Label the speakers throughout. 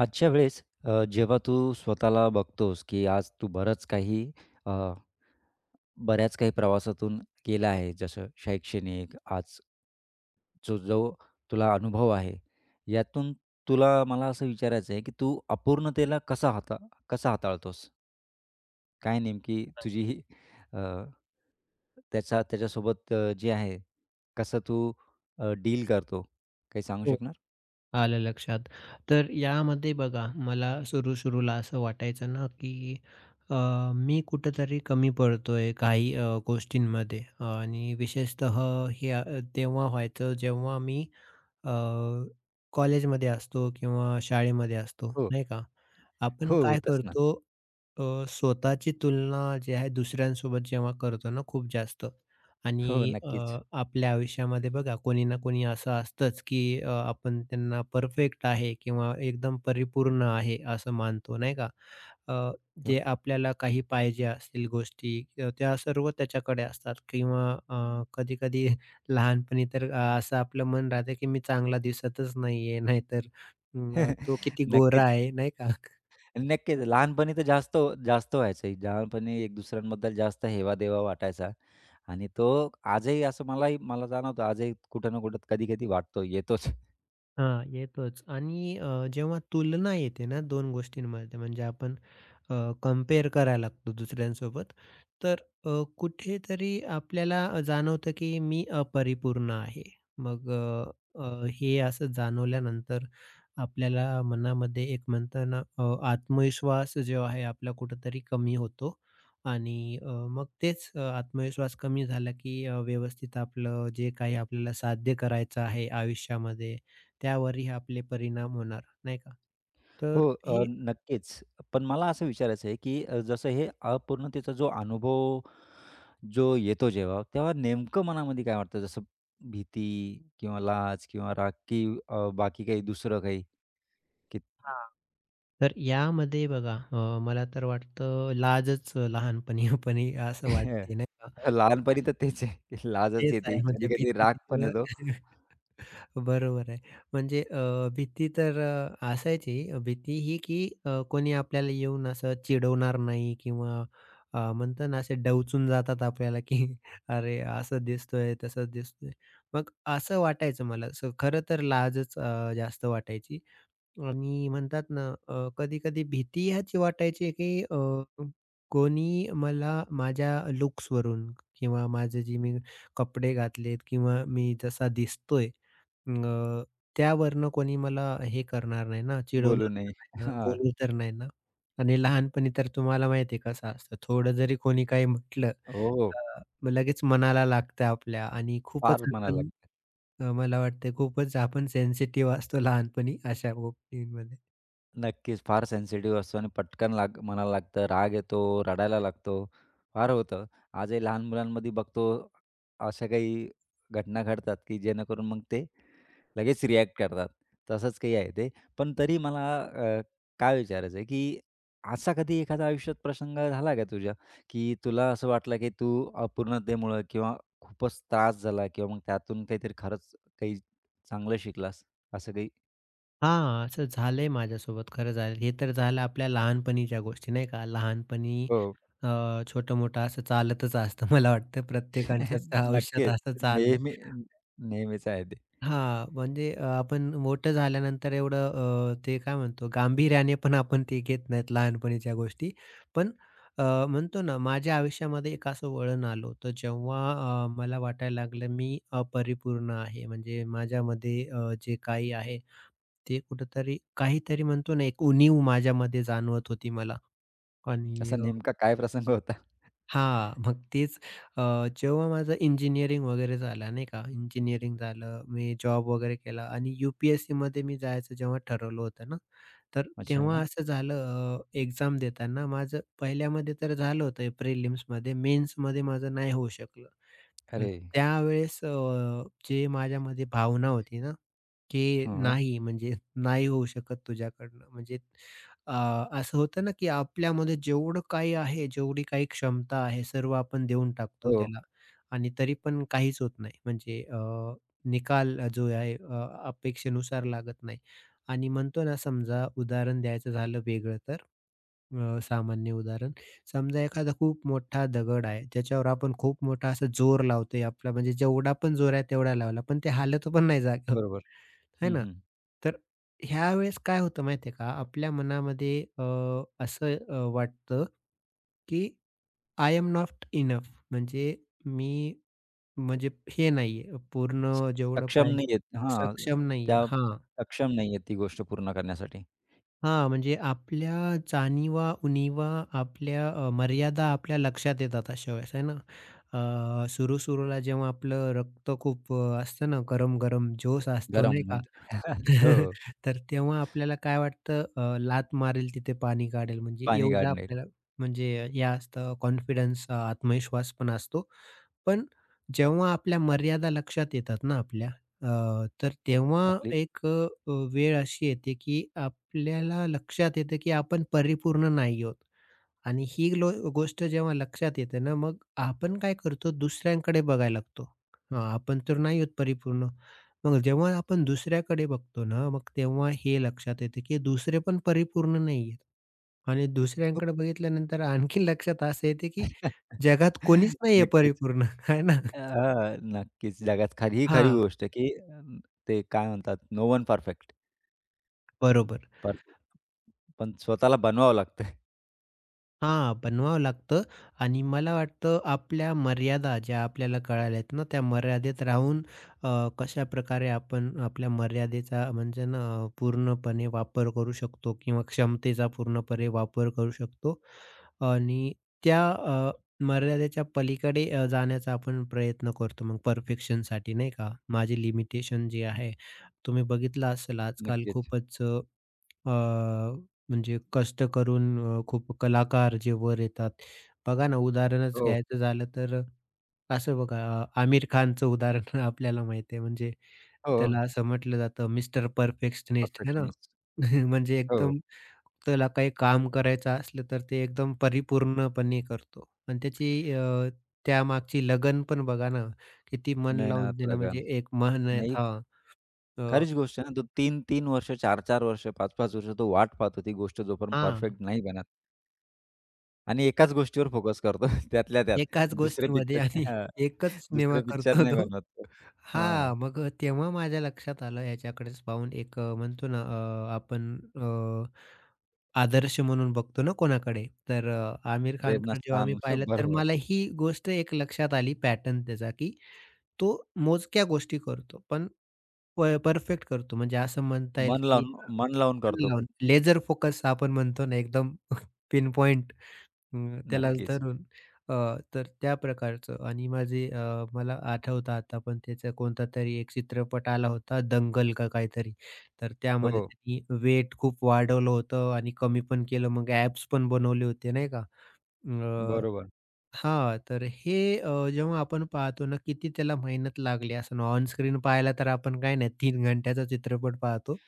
Speaker 1: आजच्या वेळेस जेव्हा तू स्वतःला बघतोस, की आज तू बरंच काही अ, बऱ्याच काही प्रवासातून गेला आहे. जसं शैक्षणिक आज जो जो तुला अनुभव आहे, यातून तुला मला असं विचारायचं आहे, की तू अपूर्णतेला कसा हाताळतोस? काय नेमकी तुझी ही अ, त्याचा त्याच्यासोबत जे आहे, कसं तू डील करतो? काही सांगू
Speaker 2: हो,
Speaker 1: शकणार?
Speaker 2: आलं लक्षात. तर यामध्ये बघा मला सुरू-सुरूला असं वाटायचं ना, की अ, मी कुठेतरी कमी पडतोय काही गोष्टींमध्ये आणि विशेषतः हे तेव्हा व्हायचं जेव्हा मी अ, कॉलेजमध्ये असतो किंवा शाळेमध्ये असतो,
Speaker 1: हो.
Speaker 2: नाही का? आपण
Speaker 1: हो,
Speaker 2: काय
Speaker 1: होतच ना.
Speaker 2: करतो अ, स्वतःची तुलना जी आहे दुसऱ्यांसोबत जेव्हा करतो ना खूप जास्त
Speaker 1: हो,
Speaker 2: आणि
Speaker 1: नक्कीच.
Speaker 2: आपल्या आयुष्यामध्ये बघा कोणी ना कोणी असं असतंच, की आपण त्यांना परफेक्ट आहे किंवा एकदम परिपूर्ण आहे असं मानतो, नाही का? अ,
Speaker 1: हो.
Speaker 2: जे आपल्याला काही पाहिजे असतील गोष्टी त्या सर्व त्याच्याकडे असतात किंवा कधी-कधी लहानपणी तर असं आपलं मन राहतं, की मी चांगला दिसतच नाहीये, नाहीतर तो किती गोरा
Speaker 1: नक्कीच,
Speaker 2: आहे, नाही का?
Speaker 1: नक्कीच. लहानपणी तर जास्त जास्त व्हायचं. लहानपणी एक दुसऱ्यांबद्दल जास्त हेवा-देवा वाटायचा आणि तो आजही असं मला जाणवतं आजही कुठं ना कुठं कधी-कधी वाटतो, येतोच.
Speaker 2: हां, येतोच आणि जेव्हा तुलना येते ना 2 गोष्टींमध्ये म्हणजे आपण अ, कंपेअर करायला लागतो दुसऱ्यांसोबत. तर कुठेतरी आपल्याला जाणवतं, की मी अपरिपूर्ण आहे. मग अ, अ, हे असं जाणवल्यानंतर आपल्याला मनामध्ये एक म्हणतो ना आत्मविश्वास जो आहे आपला कुठेतरी कमी होतो आणि मग तेच आत्मविश्वास कमी झाला, की व्यवस्थित आपलं जे काही आपल्याला साध्य करायचं आहे आयुष्यामध्ये त्यावरही आपले परिणाम होणार, नाही का? तर
Speaker 1: हो,
Speaker 2: ही
Speaker 1: नक्कीच. पण मला असं विचारायचं आहे, की जसं हे अपूर्णतेचा जो अनुभव जो येतो जेव्हा, तेव्हा नेमकं मनामध्ये काय वाटतं? जसं भीती किंवा लाज किंवा राग की बाकी काही दुसरं काही? की
Speaker 2: हां. तर यामध्ये बघा मला तर वाटतं लाजच लहानपणी-पणी असं वाटते नाही का?
Speaker 1: लहानपणी तर तेच आहे, की लाजच
Speaker 2: तेच
Speaker 1: येते,
Speaker 2: आहे म्हणजे
Speaker 1: कधी-कधी राग पण
Speaker 2: भीती-भीती
Speaker 1: येतो.
Speaker 2: बरोबर आहे. म्हणजे भीती तर असायची. भीती ही की कोणी आपल्याला येऊन असं चिडवणार नाही किंवा म्हणतो ना असे डवचून जातात आपल्याला की "अरे असं दिसतोय, तसं दिसतोय." मग असं वाटायचं मला. असं खरं तर लाजच जास्त वाटायची. आणि म्हणतात ना, कधी-कधी भीती ह्याची वाटायची, की कोणी मला माझ्या लुक्सवरून किंवा माझे जे मी कपडे घातलेत किंवा मी जसा दिसतोय अ, त्यावरनं कोणी मला हे करणार नाही ना,
Speaker 1: बोलू
Speaker 2: चिडवणार
Speaker 1: नये.
Speaker 2: तर नाही ना,
Speaker 1: हां.
Speaker 2: बोलू तर नाही ना. आणि लहानपणी तर तुम्हाला माहिती आहे कसं असतं, थोडं जरी कोणी काही म्हटलं,
Speaker 1: हो, हो.
Speaker 2: मग लगेच मनाला लागतं आपल्या आणि खूपच
Speaker 1: फार म्हणायला
Speaker 2: आपण
Speaker 1: लागतं.
Speaker 2: मला वाटतं खूपच आपण सेन्सिटिव्ह असतो लहानपणी अशा गोष्टींमध्ये.
Speaker 1: नक्कीच. फार सेन्सिटिव्ह असतो आणि पटकन मनाला लागतं, राग येतो, रडायला लागतो. फार होतं. आजही लहान मुलांमध्ये बघतो अशा काही घटना घडतात, की जेणेकरून मग ते लगेच रिॲक्ट करतात. तसंच काही आहे ते. पण तरी मला काय विचारायचं आहे, की असा कधी एखादा आयुष्यात प्रसंग झाला का तुझ्या, की तुला असं वाटलं, की तू अपूर्णतेमुळं किंवा खूपच त्रास झाला किंवा मग त्यातून काहीतरी खरंच काही चांगलं शिकलास, असं काही?
Speaker 2: हां, असं झालंय माझ्यासोबत खरं झालं. हे तर झालं आपल्या लहानपणीच्या गोष्टी नाही का? लहानपणी
Speaker 1: हो.
Speaker 2: अ, छोटं-मोठं असं चालतच असतं. मला वाटतं प्रत्येकाच्याच आयुष्यात
Speaker 1: नक्कीच.
Speaker 2: असं चाललंय.
Speaker 1: नेहमी नेहमीच आहे ते.
Speaker 2: हां, म्हणजे आपण मोठं झाल्यानंतर एवढं ते काय म्हणतो गांभीर्याने पण आपण ते घेत नाहीत लहानपणीच्या गोष्टी. पण अ, म्हणतो ना माझ्या आयुष्यामध्ये एक असं वळण आलं होतं जेव्हा मला वाटायला लागलं मी अपरिपूर्ण आहे. म्हणजे माझ्यामध्ये जे काही आहे ते कुठेतरी काहीतरी म्हणतो ना एक उणीव माझ्यामध्ये जाणवत होती मला आणि
Speaker 1: असा नेमका काय प्रसंग होता?
Speaker 2: हा मग तेच जेव्हा माझं इंजिनिअरिंग वगैरे झालं नाही का, इंजिनिअरिंग झालं, मी जॉब वगैरे केला आणि यू-पी-एस-सीमध्ये मी जायचं जेव्हा ठरवलं होतं ना, तर तेव्हा
Speaker 1: अच्छा.
Speaker 2: असं झालं एक्झाम देताना माझं पहिल्यामध्ये तर झालं होतं प्रिलिम्समध्ये, मेन्समध्ये माझं नाही होऊ शकलं. हं,
Speaker 1: अरे!
Speaker 2: त्यावेळेस जे माझ्यामध्ये भावना होती ना, की
Speaker 1: हां.
Speaker 2: नाही म्हणजे नाही होऊ शकत तुझ्याकडनं. म्हणजे अ, असं होतं ना, की आपल्यामध्ये जेवढं काही आहे, जेवढी काही क्षमता आहे, सर्व आपण देऊन टाकतो
Speaker 1: हो,
Speaker 2: त्याला आणि तरी पण काहीच होत नाही. म्हणजे निकाल जो आहे अपेक्षेनुसार लागत नाही आणि म्हणतो ना, समजा उदाहरण द्यायचं झालं वेगळं तर सामान्य उदाहरण समजा एखादा खूप मोठा दगड आहे, त्याच्यावर आपण खूप मोठा असा जोर लावतोय आपला म्हणजे जेवढा पण जोर आहे तेवढा लावला, पण ते हालत पण नाही जागेवर,
Speaker 1: बरोबर.
Speaker 2: है
Speaker 1: हं,
Speaker 2: ना?
Speaker 1: हं.
Speaker 2: तर ह्यावेळेस काय होतं माहिती आहे का? आपल्या मनामध्ये असं वाटतं, की आय एम नॉट इनफ म्हणजे मी म्हणजे हे नाहीये, पूर्ण जेवढं
Speaker 1: सक्षम
Speaker 2: पाहिजे
Speaker 1: नाही आहेत.
Speaker 2: सक्षम
Speaker 1: हां,
Speaker 2: नाहीये.
Speaker 1: त्या
Speaker 2: हां.
Speaker 1: सक्षम नाही आहेत ती गोष्ट पूर्ण करण्यासाठी.
Speaker 2: हां, म्हणजे आपल्या जाणीवा, उणीवा, आपल्या मर्यादा आपल्या लक्षात येतात अशा वेळेस आहे ना. सुरू-सुरूला जेव्हा आपलं रक्त खूप असतं ना गरम-गरम जोश असतो
Speaker 1: गरम
Speaker 2: नाही का?
Speaker 1: म्हणते. हो,
Speaker 2: तर तेव्हा आपल्याला काय वाटतं लाथ मारेल तिथे पाणी काढेल म्हणजे
Speaker 1: पाणी
Speaker 2: एवढं
Speaker 1: काढणेल
Speaker 2: आपल्याला म्हणजे हे असतं कॉन्फिडन्स आत्मविश्वास पण असतो. पण जेव्हा आपल्या मर्यादा लक्षात येतात ना आपल्या, अ, तर तेव्हा
Speaker 1: आपली.
Speaker 2: एक वेळ अशी येते, की आपल्याला लक्षात येतं, की आपण परिपूर्ण नाही आहोत आणि ही लो गोष्ट जेव्हा लक्षात येते ना, मग आपण काय करतो दुसऱ्यांकडे बघायला लागतो. हां, आपण तर नाही आहोत परिपूर्ण. मग जेव्हा आपण दुसऱ्याकडे बघतो ना, मग तेव्हा हे लक्षात येतं, की दुसरे पण परिपूर्ण नाही आहेत. आणि दुसऱ्यांकडे बघितल्यानंतर आणखी लक्षात असं येते, की जगात कोणीच नाही
Speaker 1: नक्कीच.
Speaker 2: परिपूर्ण, आहे ना?
Speaker 1: हां, नक्कीच. जगात ही खरी
Speaker 2: हां,
Speaker 1: गोष्ट आहे, की ते काय म्हणतात, नो वन परफेक्ट.
Speaker 2: बरोबर.
Speaker 1: पण स्वतःला बनवावं लागतं.
Speaker 2: हां, बनवावं लागतं आणि मला वाटतं आपल्या मर्यादा ज्या आपल्याला कळाल्यात ना, त्या मर्यादेत राहून अ, कशाप्रकारे आपण आपल्या मर्यादेचा म्हणजे ना पूर्णपणे वापर करू शकतो किंवा क्षमतेचा पूर्णपणे वापर करू शकतो आणि त्या मर्यादेच्या पलीकडे जाण्याचा आपण प्रयत्न करतो मग परफेक्शनसाठी नाही का? माझे लिमिटेशन जे आहे, तुम्ही बघितलं असेल आजकाल
Speaker 1: नक्कीच.
Speaker 2: खूपच अ अ, म्हणजे कष्ट करून खूप कलाकार जे वर येतात. बघा ना, उदाहरणच
Speaker 1: हो,
Speaker 2: घ्यायचं झालं तर असं बघा आमिर खानचं उदाहरण आपल्याला माहिती आहे. म्हणजे
Speaker 1: हो.
Speaker 2: त्याला असं म्हटलं जातं मिस्टर परफेक्शनिस्ट है ना?
Speaker 1: परफेक्शनिस्ट.
Speaker 2: म्हणजे
Speaker 1: हो.
Speaker 2: एकदम त्याला काही काम करायचं असलं तर ते एकदम परिपूर्णपणे करतो. आणि त्याची त्यामागची लगन पण बघा ना, किती मन लावून
Speaker 1: मेहनत,
Speaker 2: देणं म्हणजे
Speaker 1: लगन.
Speaker 2: एक मेहनत
Speaker 1: नाही,
Speaker 2: हां. अ,
Speaker 1: खरीच गोष्ट आहे ना. तो 3-3 वर्ष, चार 4 वर्ष, 5-5 वर्ष तो वाट पाहतो. ती गोष्ट जोपर्यंत
Speaker 2: हां.
Speaker 1: परफेक्ट नाही बनत आणि एकाच गोष्टीवर फोकस करतो त्यातल्या त्यात.
Speaker 2: एकाच
Speaker 1: दुसरे
Speaker 2: गोष्टीमध्ये
Speaker 1: पिक्चर.
Speaker 2: आणि
Speaker 1: हां,
Speaker 2: एकच सिनेमा
Speaker 1: दुसरे पिक्चर
Speaker 2: करतो
Speaker 1: नाही
Speaker 2: तो.
Speaker 1: बनवत तो. हां,
Speaker 2: हां, मग तेव्हा माझ्या लक्षात आलं ह्याच्याकडेच पाहून एक म्हणतो ना आपण आदर्श म्हणून बघतो ना कोणाकडे, तर आमिर खानकडे जेव्हा
Speaker 1: प्रेरणास्थान.
Speaker 2: मी पाहिलं, तर
Speaker 1: बरोबर.
Speaker 2: मला ही गोष्ट एक लक्षात आली पॅटर्न त्याचा, की तो मोजक्या गोष्टी करतो, पण परफेक्ट करतो. म्हणजे असं म्हणता येईल,
Speaker 1: मन
Speaker 2: की
Speaker 1: लावून मन लावून करतो.
Speaker 2: लेझर फोकस आपण म्हणतो ना एकदम पिन पॉइंट. अं, त्यालाच
Speaker 1: नक्कीच.
Speaker 2: धरून अ, तर त्या प्रकारचं आणि माझे मला आठवतं आता पण त्याचा कोणता तरी एक चित्रपट आला होता दंगल का काहीतरी. तर त्यामध्ये
Speaker 1: हो,
Speaker 2: त्यांनी वेट खूप वाढवलं होतं आणि कमी पण केलं मग ॲब्स पण बनवले होते नाही का? अ,
Speaker 1: बरोबर.
Speaker 2: हां, तर हे जेव्हा आपण पाहतो ना किती त्याला मेहनत लागली असं ऑन स्क्रीन पाहायला तर आपण काय नाही 3 घंट्याचा चित्रपट पाहतो.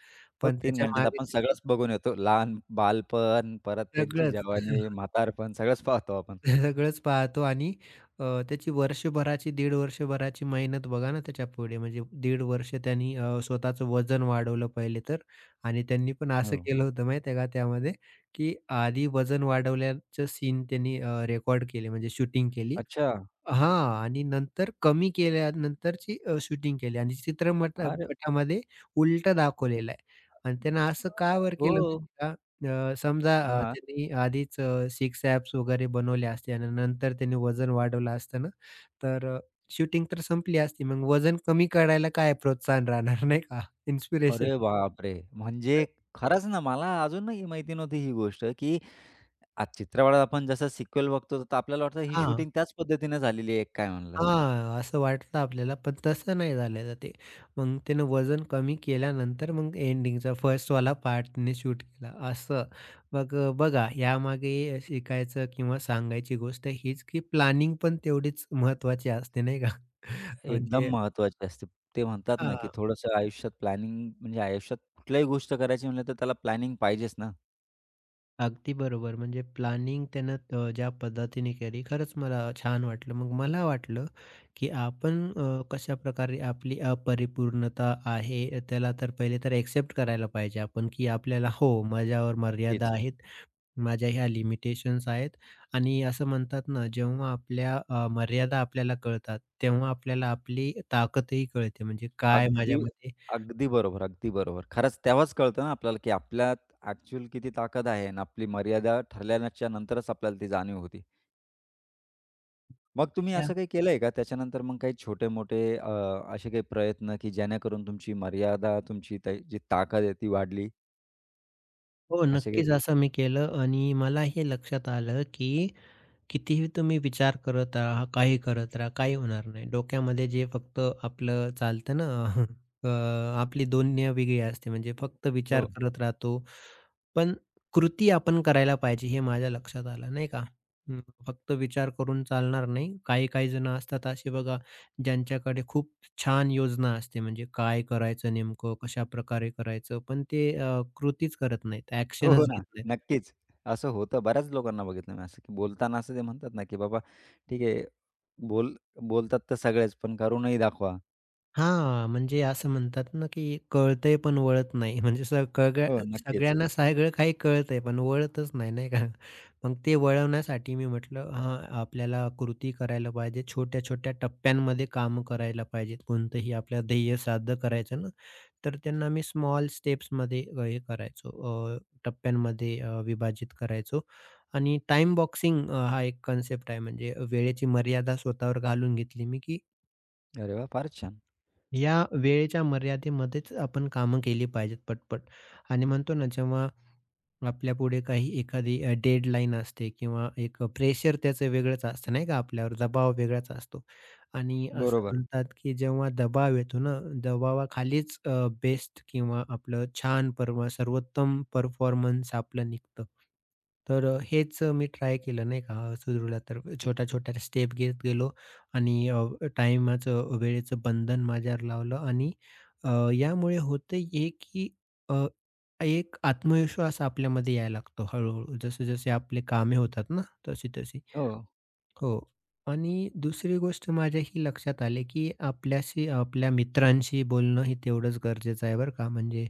Speaker 1: हो,
Speaker 2: पण
Speaker 1: 3 घंट्यात
Speaker 2: त्याच्यामागे
Speaker 1: आपण
Speaker 2: त्याची
Speaker 1: सगळंच बघून येतो. लहान बालपण, परत त्यांची
Speaker 2: सगळंच
Speaker 1: जवानी, म्हातारपण सगळंच पाहतो आपण.
Speaker 2: सगळंच पाहतो आणि अ, त्याची वर्षभराची, दीड वर्षभराची मेहनत बघा ना त्याच्यापुढे. म्हणजे दीड वर्ष त्यांनी स्वतःचं वजन वाढवलं पहिले तर आणि त्यांनी पण असं
Speaker 1: हो.
Speaker 2: केलं होतं माहिती आहे का त्यामध्ये, की आधी वजन वाढवल्याचं सीन त्यांनी रेकॉर्ड केले म्हणजे शूटिंग केली.
Speaker 1: अच्छा.
Speaker 2: हां. आणि नंतर कमी केल्यानंतरची शूटिंग केली आणि चित्रमटा
Speaker 1: अरे
Speaker 2: पटामध्ये उलटं दाखवलेलं आहे. आणि त्यानं असं का बरं
Speaker 1: हो.
Speaker 2: केलं माहिती आहे का? समजा
Speaker 1: हां.
Speaker 2: त्यांनी आधीच सिक्स ॲब्स वगैरे बनवले असते आणि नंतर त्यांनी वजन वाढवलं असतं ना, तर शूटिंग तर संपली असती. मग वजन कमी करायला काय प्रोत्साहन राहणार नाही का? इन्स्पिरेशन
Speaker 1: अरे बापरे! म्हणजे खरंच ना, मला अजूनही माहिती नव्हती ही गोष्ट, की चित्रपटात आपण जसं सिक्वेल बघतो, तर आपल्याला वाटतं ही
Speaker 2: हां.
Speaker 1: शूटिंग त्याच पद्धतीने झालेली आहे काय म्हणलं.
Speaker 2: हां, असं वाटलं आपल्याला, पण तसं नाही झालेलं ते. मग त्यानं वजन कमी केल्यानंतर मग एंडिंगचा फर्स्टवाला पार्ट त्याने शूट केला, असं. मग बघा यामागे शिकायचं किंवा सांगायची गोष्ट हीच, की प्लॅनिंग पण तेवढीच महत्त्वाची असते, नाही का?
Speaker 1: एकदम
Speaker 2: म्हणजे
Speaker 1: महत्त्वाची असते. ते म्हणतात ना, की
Speaker 2: हां.
Speaker 1: थोडंसं आयुष्यात प्लॅनिंग म्हणजे आयुष्यात कुठल्याही गोष्ट करायची म्हणलं, तर त्याला प्लॅनिंग पाहिजेच ना.
Speaker 2: अगदी बरोबर. म्हणजे प्लॅनिंग त्यानं ज्या पद्धतीने केली खरंच मला छान वाटलं. मग मला वाटलं, की आपण कशाप्रकारे आपली अपरिपूर्णता आहे त्याला तर पहिले तर एक्सेप्ट करायला पाहिजे आपण, की आपल्याला हो, माझ्यावर मर्यादा
Speaker 1: नक्कीच.
Speaker 2: आहेत. माझ्या ह्या लिमिटेशन्स आहेत आणि असं म्हणतात ना, जेव्हा आपल्या मर्यादा आपल्याला कळतात, तेव्हा आपल्याला आपली ताकदही कळते. म्हणजे काय
Speaker 1: अगदी
Speaker 2: माझ्यामध्ये
Speaker 1: अगदी बरोबर, अगदी बरोबर. खरंच तेव्हाच कळतं ना आपल्याला, की आपल्यात ॲक्चुअल किती ताकद आहे आणि आपली मर्यादा ठरल्याच्या नंतरच आपल्याला ती जाणीव होती. मग तुम्ही असं काही केलंय का? त्याच्यानंतर मग काही छोटे-मोठे असे काही प्रयत्न, की जेणेकरून तुमची मर्यादा, तुमची जी ताकद आहे ती वाढली?
Speaker 2: हो,
Speaker 1: असे काही
Speaker 2: नक्कीच असं मी केलं आणि मला हे लक्षात आलं, की कितीही तुम्ही विचार करत राहा, काही करत राहा, काही होणार नाही. डोक्यामध्ये जे फक्त आपलं चालतं ना अ, आपली दोनिया वेगळी असते. म्हणजे फक्त विचार
Speaker 1: हो.
Speaker 2: करत राहतो, पण कृती आपण करायला पाहिजे हे माझ्या लक्षात आलं, नाही का? हं, फक्त विचार करून चालणार नाही. काही-काही जण असतात असे बघा ज्यांच्याकडे खूप छान योजना असते म्हणजे काय करायचं नेमकं, कशाप्रकारे करायचं, पण ते कृतीच करत नाहीत,
Speaker 1: हो, हो
Speaker 2: ॲक्शनच
Speaker 1: ना.
Speaker 2: घेत नाहीत.
Speaker 1: नक्कीच. असं होतं. बऱ्याच लोकांना बघितलं मी असं, की बोलताना असं ते म्हणतात ना, की बाबा ठीक आहे, बोल बोलतात तर सगळेच, पण करूनही दाखवा.
Speaker 2: हां, म्हणजे असं म्हणतात ना, की कळतंय पण वळत नाही. म्हणजे सगळ्या
Speaker 1: हो, नक्कीच.
Speaker 2: सगळ्यांना सगळं काही कळतंय पण वळतच नाही, नाही का? मग ते वळवण्यासाठी मी म्हटलं, हां, आपल्याला कृती करायला पाहिजे. छोट्या-छोट्या टप्प्यांमध्ये कामं करायला पाहिजेत. कोणतंही आपलं ध्येय साध्य करायचं ना, तर त्यांना मी स्मॉल स्टेप्समध्ये हे करायचो टप्प्यांमध्ये विभाजित करायचो आणि टाईम बॉक्सिंग हा एक कन्सेप्ट आहे म्हणजे वेळेची मर्यादा स्वतःवर घालून घेतली मी, की
Speaker 1: अरे वाह! फारच छान.
Speaker 2: या वेळेच्या मर्यादेमध्येच आपण कामं केली पाहिजेत पटपट आणि म्हणतो ना जेव्हा आपल्यापुढे काही एखादी डेडलाईन असते किंवा एक प्रेशर त्याचं वेगळंच असतं नाही का आपल्यावर दबाव वेगळाच असतो आणि असं
Speaker 1: बरोबर.
Speaker 2: म्हणतात की जेव्हा दबाव येतो ना दबावाखालीच बेस्ट किंवा आपलं छान परवा सर्वोत्तम परफॉर्मन्स आपलं निघतं. तर हेच मी ट्राय केलं नाही का सुरुला तर छोट्या-छोट्या स्टेप घेत गेलो आणि वेळेचं बंधन माझ्यावर लावलं आणि अ, यामुळे होतंय हे की एक आत्मविश्वास आपल्यामध्ये यायला लागतो हळू-हळू. जसे-जसे आपले कामे होतात ना, तशी-तशी.
Speaker 1: हो,
Speaker 2: हो. आणि दुसरी गोष्ट माझ्या ही लक्षात आले की आपल्याशी आपल्या मित्रांशी बोलणं हे तेवढंच गरजेचं आहे बरं का. म्हणजे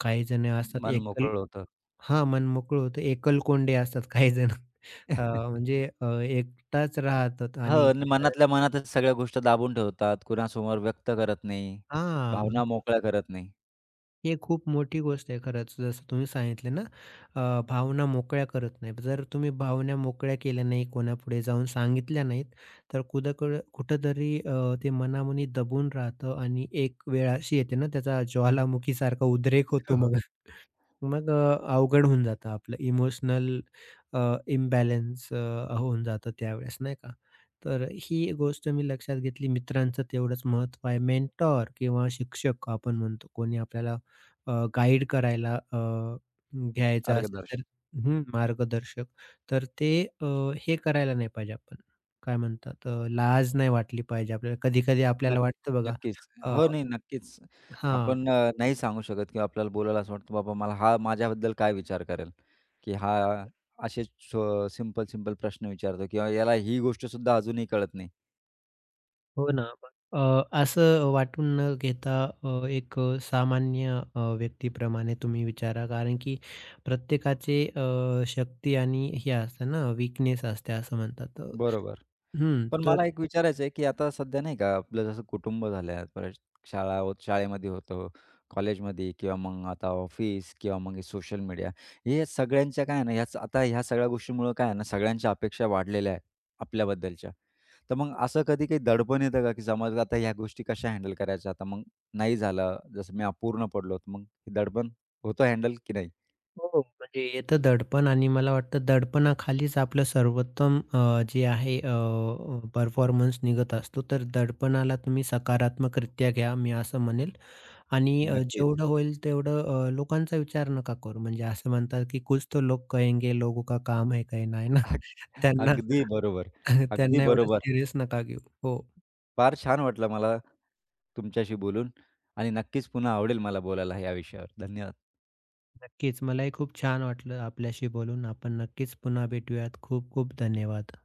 Speaker 2: काही जण असतात
Speaker 1: मन
Speaker 2: एकल
Speaker 1: मोकळं होतं.
Speaker 2: हां, मनमोकळं होतं. एकलकोंडे असतात काही जण. अ, म्हणजे एकटाच राहतात
Speaker 1: हो,
Speaker 2: आणि
Speaker 1: आणि मनातल्या मनातच सगळ्या गोष्टी दाबून ठेवतात. कुणासमोर व्यक्त करत नाही,
Speaker 2: हां.
Speaker 1: भावना मोकळ्या करत नाही.
Speaker 2: हे खूप मोठी गोष्ट आहे खरंच, जसं तुम्ही सांगितलं ना, भावना मोकळ्या करत नाही. जर तुम्ही भावना मोकळ्या केल्या नाही, कोणापुढे जाऊन सांगितल्या नाहीत, तर कुदकड कुठेतरी ते मनामनी दबून राहतं आणि एक वेळ अशी येते ना, त्याचा ज्वालामुखीसारखा उद्रेक होतो मग. मग अवघड होऊन जातं आपलं इमोशनल अ, इम्बॅलन्स होऊन जातं त्यावेळेस नाही का? तर ही एक गोष्ट मी लक्षात घेतली मित्रांचं तेवढंच महत्त्व आहे. मेंटॉर किंवा शिक्षक आपण म्हणतो कोणी आपल्याला गाईड करायला घ्यायचा असेल
Speaker 1: मार्गदर्शन.
Speaker 2: तर हं, मार्गदर्शक. तर ते अ, हे करायला नाही पाहिजे आपण. काय म्हणतात लाज नाही वाटली पाहिजे आपल्याला. कधी-कधी आपल्याला वाटतं बघा
Speaker 1: नक्कीच.
Speaker 2: अ,
Speaker 1: हो, नाही नक्कीच.
Speaker 2: हां.
Speaker 1: आपण नाही सांगू शकत किंवा आपल्याला बोलायला असं वाटतं, "बाबा मला हा माझ्याबद्दल काय विचार करेल?" की हा असे सिंपल प्रश्न विचारतो किंवा याला ही गोष्ट सुद्धा अजूनही कळत नाही.
Speaker 2: हो ना. मग असं वाटून न घेता एक सामान्य व्यक्तीप्रमाणे तुम्ही विचारा. कारण की प्रत्येकाचे शक्ती आणि हे असतं ना वीकनेस असते असं म्हणतात.
Speaker 1: बरोबर.
Speaker 2: हं.
Speaker 1: पण
Speaker 2: तर
Speaker 1: मला एक विचारायचं आहे, की आता सध्या नाही का आपलं जसं कुटुंब झालं, परत शाळेमध्ये होतो, कॉलेजमध्ये किंवा मग आता ऑफिस किंवा मग सोशल मीडिया. हे सगळ्यांच्या काय आहे ना, ह्याच आता ह्या सगळ्या गोष्टीमुळं काय आहे ना, सगळ्यांच्या अपेक्षा वाढलेल्या आहेत आपल्याबद्दलच्या. तर मग असं कधी काही दडपण येतं का, की समाजात आता ह्या गोष्टी कशा हँडल करायच्या? आता मग नाही झालं, जसं मी अपूर्ण पडलो, तर मग हे दडपण होतं हँडल की नाही?
Speaker 2: हो, म्हणजे येतं दडपण आणि मला वाटतं दडपणाखालीच आपलं सर्वोत्तम जे आहे अ, अ, परफॉर्मन्स निघत असतो. तर दडपणाला तुम्ही सकारात्मकरित्या घ्या, मी असं म्हणेल. आणि
Speaker 1: नक्कीच.
Speaker 2: जेवढं होईल तेवढं लोकांचा विचार नका करू. म्हणजे असं म्हणतात, की कुछ तो लोग कहेंगे, लोगों का काम है कहना, है ना?
Speaker 1: अग
Speaker 2: त्यांना
Speaker 1: अगदी बरोबर, अगदी
Speaker 2: त्यांना एवढं
Speaker 1: बरोबर.
Speaker 2: सीरियस नका घेऊ. हो,
Speaker 1: फार छान वाटलं मला तुमच्याशी बोलून आणि नक्कीच पुन्हा आवडेल मला बोलायला या विषयावर. धन्यवाद.
Speaker 2: नक्कीच. मलाही खूप छान वाटलं आपल्याशी बोलून. आपण नक्कीच पुन्हा भेटूयात. खूप खूप धन्यवाद.